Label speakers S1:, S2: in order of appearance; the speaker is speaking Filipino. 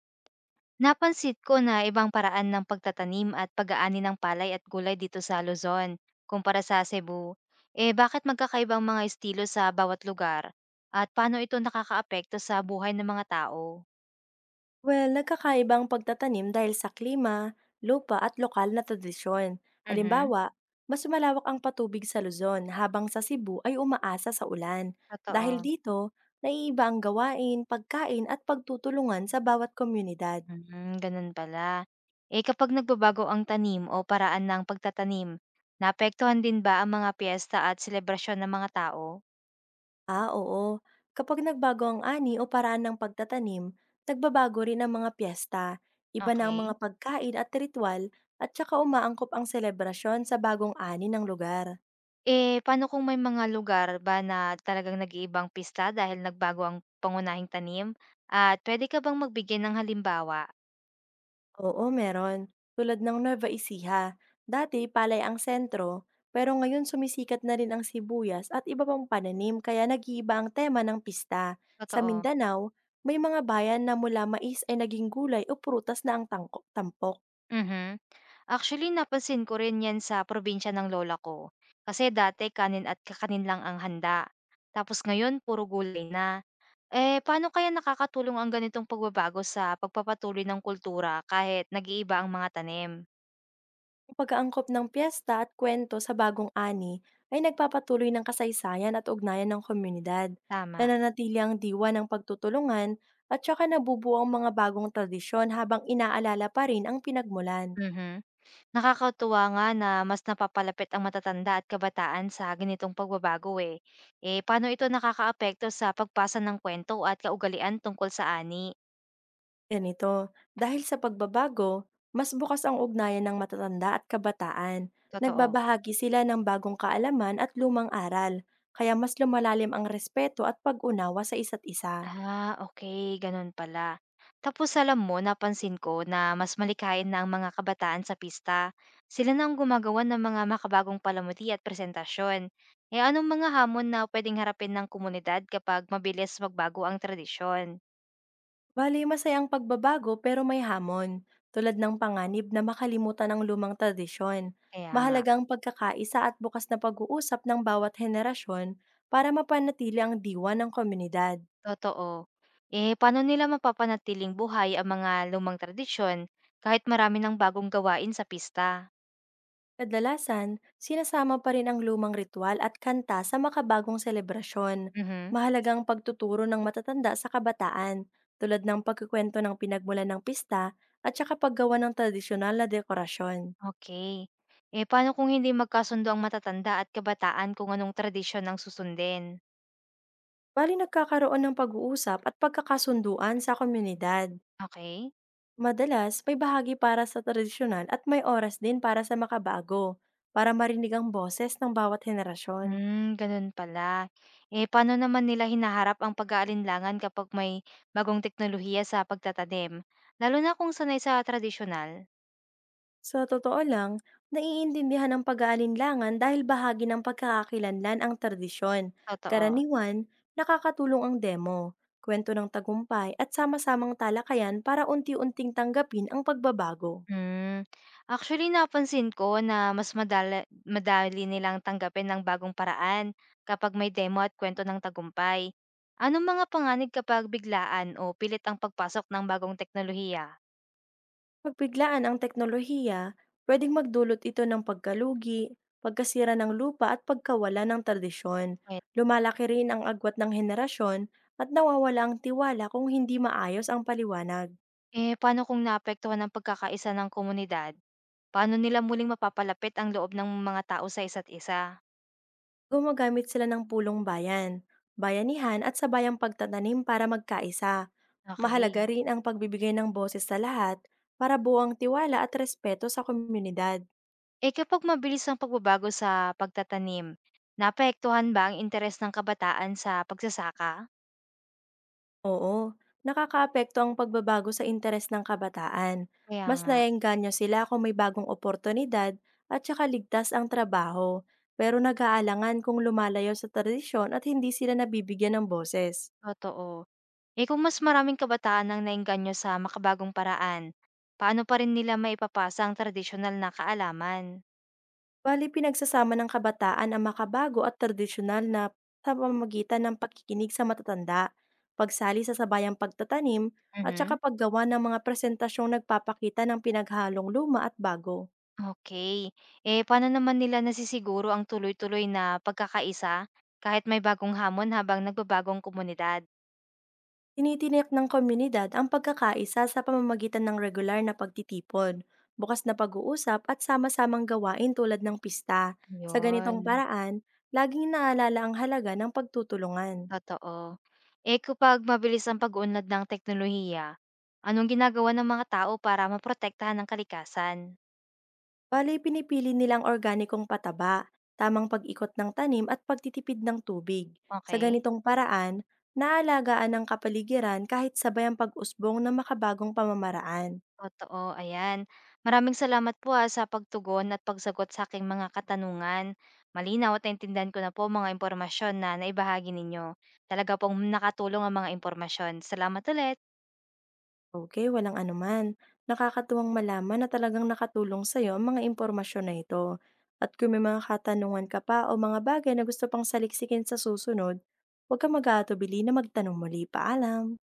S1: Napansit ko na ibang paraan ng pagtatanim at pag-aani ng palay at gulay dito sa Luzon kumpara sa Cebu. Eh bakit magkakaibang mga estilo sa bawat lugar? At paano ito nakakaapekto sa buhay ng mga tao?
S2: Well, nagkakaiba ang pagtatanim dahil sa klima, lupa at lokal na tradisyon.
S1: Mhm.
S2: Halimbawa, mas malawak ang patubig sa Luzon habang sa Cebu ay umaasa sa ulan. Dahil
S1: Totoo.
S2: dito, naiiba ang gawain, pagkain at pagtutulungan sa bawat komunidad.
S1: Mhm, ganun pala. Eh kapag nagbabago ang tanim o paraan ng pagtatanim, naapektuhan din ba ang mga piyesta at selebrasyon ng mga tao?
S2: Ah, oo. Kapag nagbago ang ani o paraan ng pagtatanim, nagbabago rin ang mga piyesta, iba na ang
S1: Okay.
S2: mga pagkain at ritual at saka umaangkop ang selebrasyon sa bagong ani ng lugar.
S1: Eh, paano kung may mga lugar ba na talagang nag-iibang pista dahil nagbago ang pangunahing tanim? At pwede ka bang magbigay ng halimbawa?
S2: Oo, meron. Tulad ng Nueva Ecija, dati palay ang sentro, pero ngayon sumisikat na rin ang sibuyas at iba pang pananim kaya nag-iiba ang tema ng pista. Sa
S1: Totoo.
S2: Mindanao, may mga bayan na mula mais ay naging gulay o prutas na ang tampok.
S1: Mhm. Actually, napansin ko rin yan sa probinsya ng lola ko. Kasi dati kanin at kakanin lang ang handa. Tapos ngayon, puro gulay na. Eh, paano kaya nakakatulong ang ganitong pagbabago sa pagpapatuloy ng kultura kahit nag-iiba ang mga tanim?
S2: Ang pag-aangkop ng piyesta at kwento sa bagong ani ay nagpapatuloy ng kasaysayan at ugnayan ng komunidad.
S1: Tama.
S2: Nananatili ang diwa ng pagtutulungan at saka nabubuo ang mga bagong tradisyon habang inaalala pa rin ang pinagmulan.
S1: Mhm. Nakakatuwa nga na mas napapalapit ang matatanda at kabataan sa ganitong pagbabago eh. Eh, paano ito nakakaapekto sa pagpasa ng kwento at kaugalian tungkol sa ani?
S2: Ganito, dahil sa pagbabago, mas bukas ang ugnayan ng matatanda at kabataan.
S1: Totoo.
S2: Nagbabahagi sila ng bagong kaalaman at lumang aral, kaya mas lumalalim ang respeto at pag-unawa sa isa't isa.
S1: Ah, okay, ganun pala. Tapos alam mo, napansin ko na mas malikain na ang mga kabataan sa pista. Sila na ang gumagawa ng mga makabagong palamuti at presentasyon. Eh, anong mga hamon na pwedeng harapin ng komunidad kapag mabilis magbago ang tradisyon?
S2: Bali, masayang pagbabago pero may hamon, tulad ng panganib na makalimutan ang lumang tradisyon.
S1: Kaya nga.
S2: Mahalagang pagkakaisa at bukas na pag-uusap ng bawat henerasyon para mapanatili ang diwa ng komunidad.
S1: Totoo. Eh, paano nila mapapanatiling buhay ang mga lumang tradisyon kahit marami ng bagong gawain sa pista?
S2: Kadalasan, sinasama pa rin ang lumang ritual at kanta sa makabagong selebrasyon.
S1: Mhm.
S2: Mahalagang pagtuturo ng matatanda sa kabataan, tulad ng pagkukwento ng pinagmulan ng pista at saka paggawa ng tradisyonal na dekorasyon.
S1: Okay. Eh, paano kung hindi magkasundo ang matatanda at kabataan kung anong tradisyon ang susundin?
S2: Bali nagkakaroon ng pag-uusap at pagkakasunduan sa komunidad.
S1: Okay.
S2: Madalas, may bahagi para sa tradisyonal at may oras din para sa makabago, para marinig ang boses ng bawat henerasyon.
S1: Hmm, ganun pala. Eh, paano naman nila hinaharap ang pag-aalinlangan kapag may bagong teknolohiya sa pagtatanim, lalo na kung sanay sa tradisyonal?
S2: Sa totoo lang, naiintindihan ang pag-aalinlangan dahil bahagi ng pagkakakilanlan ang tradisyon.
S1: Totoo.
S2: Karaniwan, nakakatulong ang demo, kwento ng tagumpay at sama-samang talakayan para unti-unting tanggapin ang pagbabago.
S1: Hmm. Actually, napansin ko na mas madali nilang tanggapin ang bagong paraan kapag may demo at kwento ng tagumpay. Anong mga panganib kapag biglaan o pilit ang pagpasok ng bagong teknolohiya?
S2: Pagbiglaan ang teknolohiya, pwedeng magdulot ito ng pagkalugi, pagkasira ng lupa at pagkawala ng tradisyon.
S1: Eh,
S2: Lumalaki rin ang agwat ng henerasyon at nawawala ang tiwala kung hindi maayos ang paliwanag.
S1: eh, paano kung naapektuhan ang pagkakaisa ng komunidad? Paano nila muling mapapalapit ang loob ng mga tao sa isa't isa?
S2: Gumagamit sila ng pulong bayan, bayanihan at sabayang pagtatanim para magkaisa. Mahalaga
S1: Okay.
S2: rin ang pagbibigay ng boses sa lahat para buwang tiwala at respeto sa komunidad.
S1: Eh kapag mabilis ang pagbabago sa pagtatanim, naapektuhan ba ang interes ng kabataan sa pagsasaka?
S2: Oo, nakakaapekto ang pagbabago sa interes ng kabataan.
S1: Kaya
S2: Mas
S1: nga.
S2: naiengganyo sila kung may bagong oportunidad at saka ligtas ang trabaho, pero nag-aalangan kung lumalayo sa tradisyon at hindi sila nabibigyan ng boses.
S1: Totoo. Eh, kung mas maraming kabataan ang naengganyo sa makabagong paraan, paano pa rin nila maipapasa ang tradisyonal na kaalaman?
S2: Bale pinagsasama ng kabataan ang makabago at tradisyonal na sa pamamagitan ng pakikinig sa matatanda, pagsali sa sabayang pagtatanim, at saka
S1: Mhm.
S2: paggawa ng mga presentasyong nagpapakita ng pinaghalong luma at bago.
S1: Okay. Eh, paano naman nila nasisiguro ang tuloy-tuloy na pagkakaisa kahit may bagong hamon habang nagbabagong komunidad?
S2: Tinitiyak ng komunidad ang pagkakaisa sa pamamagitan ng regular na pagtitipon, bukas na pag-uusap at sama-samang gawain tulad ng pista. Sa ganitong
S1: Ayun,
S2: paraan, laging naalala ang halaga ng pagtutulungan.
S1: totoo. Eh, kapag mabilis ang pag-unlad ng teknolohiya, anong ginagawa ng mga tao para maprotektahan ang kalikasan?
S2: Bale, pinipili nilang organikong pataba, tamang pag-ikot ng tanim at pagtitipid ng tubig. Sa
S1: Okay?
S2: ganitong paraan, naalagaan ang kapaligiran kahit sabay ang pag-usbong ng makabagong pamamaraan.
S1: Totoo, ayan. Maraming salamat po ha sa pagtugon at pagsagot sa aking mga katanungan. Malinaw at naintindihan ko na po mga impormasyon na naibahagi ninyo. Talaga pong nakatulong ang mga impormasyon. Salamat ulit!
S2: Okay, walang anuman. Nakakatuwang malaman na talagang nakatulong sa'yo ang mga impormasyon na ito. At kung may mga katanungan ka pa o mga bagay na gusto pang saliksikin sa susunod, huwag kang mag-aatubili na magtanong muli. Paalam!